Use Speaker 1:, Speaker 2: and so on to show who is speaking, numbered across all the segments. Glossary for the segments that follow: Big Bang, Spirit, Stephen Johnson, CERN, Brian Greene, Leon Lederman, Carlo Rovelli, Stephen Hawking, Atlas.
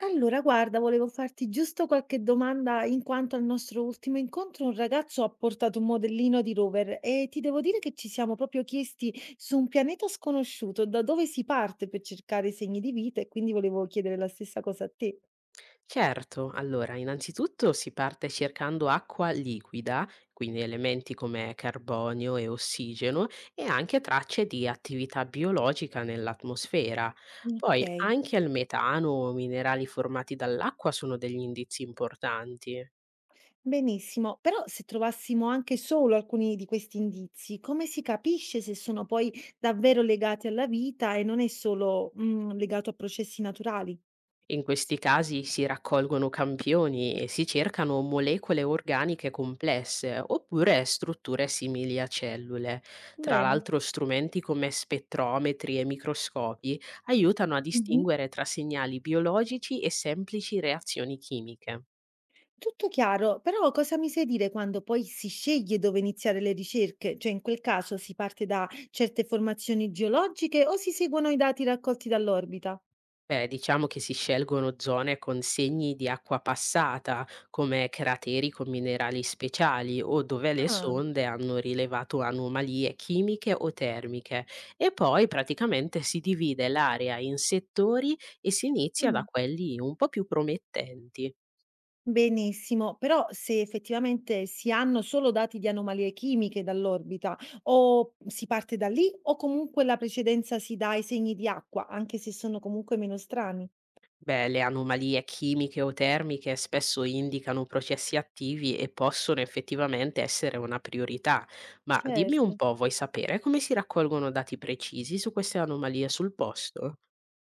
Speaker 1: Allora, guarda, volevo farti giusto qualche domanda in quanto al nostro ultimo incontro un ragazzo ha portato un modellino di rover e ti devo dire che ci siamo proprio chiesti su un pianeta sconosciuto da dove si parte per cercare segni di vita e quindi volevo chiedere la stessa cosa a te.
Speaker 2: Certo, allora innanzitutto si parte cercando acqua liquida, quindi elementi come carbonio e ossigeno e anche tracce di attività biologica nell'atmosfera.
Speaker 1: Ok.
Speaker 2: Poi anche il metano o minerali formati dall'acqua sono degli indizi importanti.
Speaker 1: Benissimo, però se trovassimo anche solo alcuni di questi indizi, come si capisce se sono poi davvero legati alla vita e non è solo, legato a processi naturali?
Speaker 2: In questi casi si raccolgono campioni e si cercano molecole organiche complesse oppure strutture simili a cellule. Tra
Speaker 1: Bene.
Speaker 2: l'altro strumenti come spettrometri e microscopi aiutano a distinguere tra segnali biologici e semplici reazioni chimiche.
Speaker 1: Tutto chiaro, però cosa mi sai dire quando poi si sceglie dove iniziare le ricerche? Cioè in quel caso si parte da certe formazioni geologiche o si seguono i dati raccolti dall'orbita?
Speaker 2: Beh, diciamo che si scelgono zone con segni di acqua passata, come crateri con minerali speciali o dove le
Speaker 1: Ah,
Speaker 2: sonde hanno rilevato anomalie chimiche o termiche. E poi praticamente si divide l'area in settori e si inizia da
Speaker 1: mm,
Speaker 2: quelli un po' più promettenti.
Speaker 1: benissimo, però se effettivamente si hanno solo dati di anomalie chimiche dall'orbita o si parte da lì o comunque la precedenza si dà ai segni di acqua, anche se sono comunque meno strani.
Speaker 2: Beh, le anomalie chimiche o termiche spesso indicano processi attivi e possono effettivamente essere una priorità. Ma dimmi
Speaker 1: Certo.
Speaker 2: un po', vuoi sapere come si raccolgono dati precisi su queste anomalie sul posto?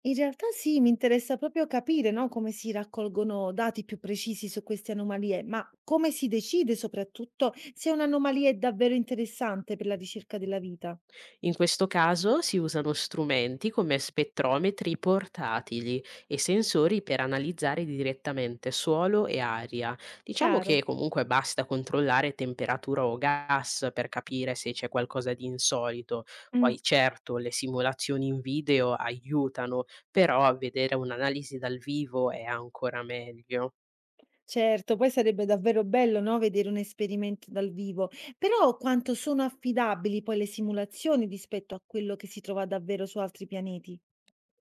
Speaker 1: In realtà sì, mi interessa proprio capire, no, come si raccolgono dati più precisi su queste anomalie, ma come si decide soprattutto se un'anomalia è davvero interessante per la ricerca della vita.
Speaker 2: In questo caso si usano strumenti come spettrometri portatili e sensori per analizzare direttamente suolo e aria. Diciamo
Speaker 1: Chiaro.
Speaker 2: che comunque basta controllare temperatura o gas per capire se c'è qualcosa di insolito.
Speaker 1: Mm,
Speaker 2: Poi certo le simulazioni in video aiutano, però vedere un'analisi dal vivo è ancora meglio.
Speaker 1: certo, poi sarebbe davvero bello, no, vedere un esperimento dal vivo, però quanto sono affidabili poi le simulazioni rispetto a quello che si trova davvero su altri pianeti?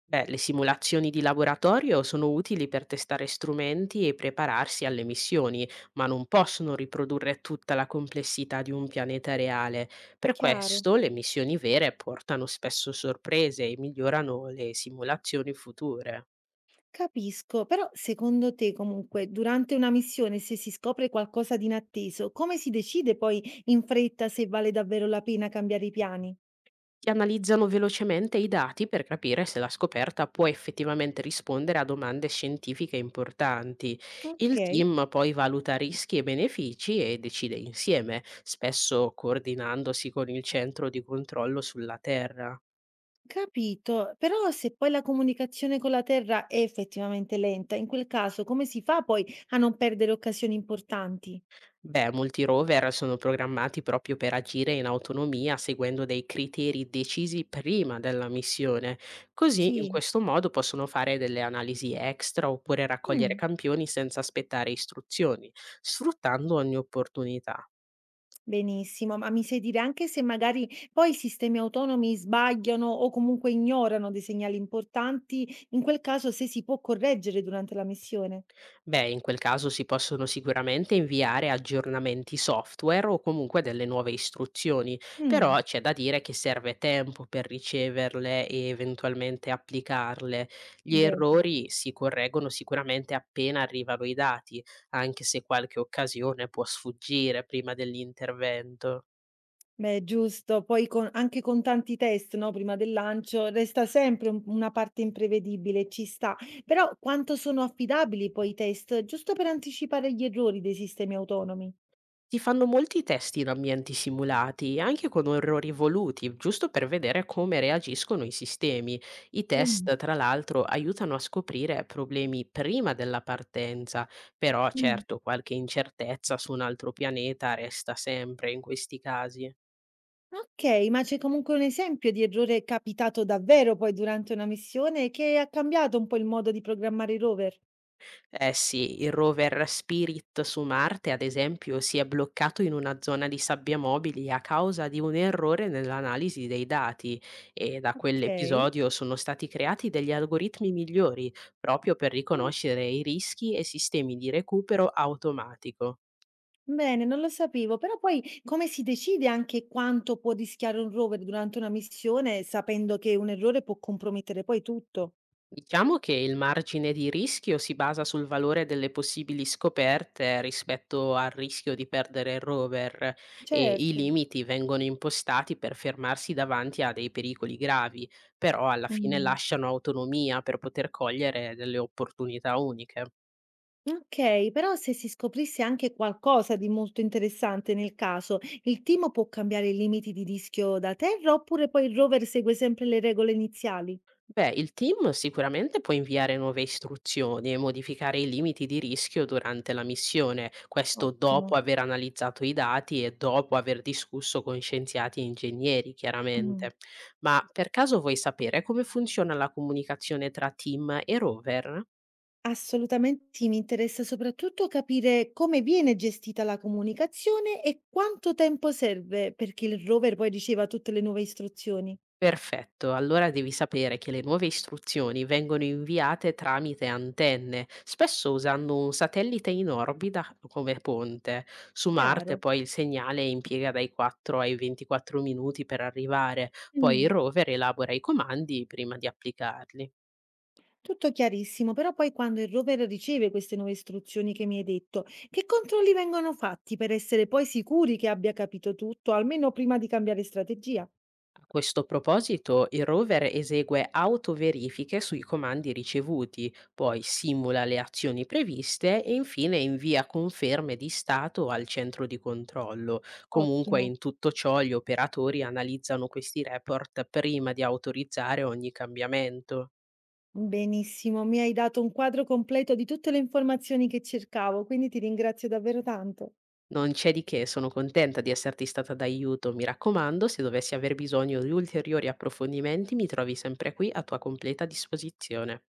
Speaker 2: Beh, le simulazioni di laboratorio sono utili per testare strumenti e prepararsi alle missioni, ma non possono riprodurre tutta la complessità di un pianeta reale. Per
Speaker 1: Chiaro.
Speaker 2: questo le missioni vere portano spesso sorprese e migliorano le simulazioni future.
Speaker 1: Capisco, però secondo te comunque durante una missione se si scopre qualcosa di inatteso, come si decide poi in fretta se vale davvero la pena cambiare i piani?
Speaker 2: Ti analizzano velocemente i dati per capire se la scoperta può effettivamente rispondere a domande scientifiche importanti.
Speaker 1: Ok.
Speaker 2: Il team poi valuta rischi e benefici e decide insieme, spesso coordinandosi con il centro di controllo sulla Terra.
Speaker 1: Capito, però se poi la comunicazione con la Terra è effettivamente lenta, in quel caso come si fa poi a non perdere occasioni importanti?
Speaker 2: Beh, molti rover sono programmati proprio per agire in autonomia seguendo dei criteri decisi prima della missione. Così, in
Speaker 1: Sì.
Speaker 2: questo modo, possono fare delle analisi extra oppure raccogliere
Speaker 1: Mm.
Speaker 2: campioni senza aspettare istruzioni, sfruttando ogni opportunità.
Speaker 1: Benissimo, ma mi sai dire anche se magari poi i sistemi autonomi sbagliano o comunque ignorano dei segnali importanti, in quel caso se si può correggere durante la missione?
Speaker 2: Beh, in quel caso si possono sicuramente inviare aggiornamenti software o comunque delle nuove istruzioni,
Speaker 1: Mh.
Speaker 2: però c'è da dire che serve tempo per riceverle e eventualmente applicarle. Gli
Speaker 1: Beh,
Speaker 2: errori si correggono sicuramente appena arrivano i dati, anche se qualche occasione può sfuggire prima dell'intervento.
Speaker 1: beh, giusto. Poi con anche con tanti test, no, prima del lancio, resta sempre un una parte imprevedibile, ci sta. Però quanto sono affidabili poi i test, giusto per anticipare gli errori dei sistemi autonomi?
Speaker 2: Si fanno molti test in ambienti simulati, anche con errori voluti, giusto per vedere come reagiscono i sistemi. I
Speaker 1: Mh.
Speaker 2: test, tra l'altro, aiutano a scoprire problemi prima della partenza, però
Speaker 1: Mh.
Speaker 2: certo qualche incertezza su un altro pianeta resta sempre in questi casi.
Speaker 1: Okay, ma c'è comunque un esempio di errore capitato davvero poi durante una missione che ha cambiato un po' il modo di programmare i rover?
Speaker 2: Eh sì, il rover Spirit su Marte, ad esempio, si è bloccato in una zona di sabbia mobili a causa di un errore nell'analisi dei dati e da
Speaker 1: Okay.
Speaker 2: quell'episodio sono stati creati degli algoritmi migliori proprio per
Speaker 1: Mh,
Speaker 2: riconoscere i rischi e sistemi di recupero automatico.
Speaker 1: bene, non lo sapevo, però poi come si decide anche quanto può rischiare un rover durante una missione sapendo che un errore può compromettere poi tutto?
Speaker 2: Diciamo che il margine di rischio si basa sul valore delle possibili scoperte rispetto al rischio di perdere il rover e i
Speaker 1: Certo.
Speaker 2: limiti vengono impostati per fermarsi davanti a dei pericoli gravi, però alla fine
Speaker 1: Mh.
Speaker 2: lasciano autonomia per poter cogliere delle opportunità uniche.
Speaker 1: Okay, però se si scoprisse anche qualcosa di molto interessante nel caso, il team può cambiare i limiti di rischio da terra oppure poi il rover segue sempre le regole iniziali?
Speaker 2: Beh, il team sicuramente può inviare nuove istruzioni e modificare i limiti di rischio durante la missione, questo dopo
Speaker 1: Ottimo.
Speaker 2: aver analizzato i dati e dopo aver discusso con scienziati e ingegneri,
Speaker 1: Mh.
Speaker 2: chiaramente. Ma per caso vuoi sapere come funziona la comunicazione tra team e rover?
Speaker 1: Assolutamente, mi interessa soprattutto capire come viene gestita la comunicazione e quanto tempo serve perché il rover poi riceva tutte le nuove istruzioni.
Speaker 2: Perfetto, allora devi sapere che le nuove istruzioni vengono inviate tramite antenne, spesso usando un satellite in orbita come ponte. Su Marte
Speaker 1: Chiaro.
Speaker 2: poi il segnale impiega dai 4 ai 24 minuti per arrivare, poi
Speaker 1: Mh.
Speaker 2: il rover elabora i comandi prima di applicarli.
Speaker 1: Tutto chiarissimo, però poi quando il rover riceve queste nuove istruzioni che mi hai detto, che controlli vengono fatti per essere poi sicuri che abbia capito tutto, almeno prima di cambiare strategia?
Speaker 2: A questo proposito, il rover esegue autoverifiche sui comandi ricevuti, poi simula le azioni previste e infine invia conferme di stato al centro di controllo. Comunque,
Speaker 1: Ottimo.
Speaker 2: in tutto ciò, gli operatori analizzano questi report prima di autorizzare ogni cambiamento.
Speaker 1: Benissimo, mi hai dato un quadro completo di tutte le informazioni che cercavo, quindi ti ringrazio davvero tanto.
Speaker 2: Non c'è di che, sono contenta di esserti stata d'aiuto. Mi raccomando, se dovessi aver bisogno di ulteriori approfondimenti, mi trovi sempre qui a tua completa disposizione.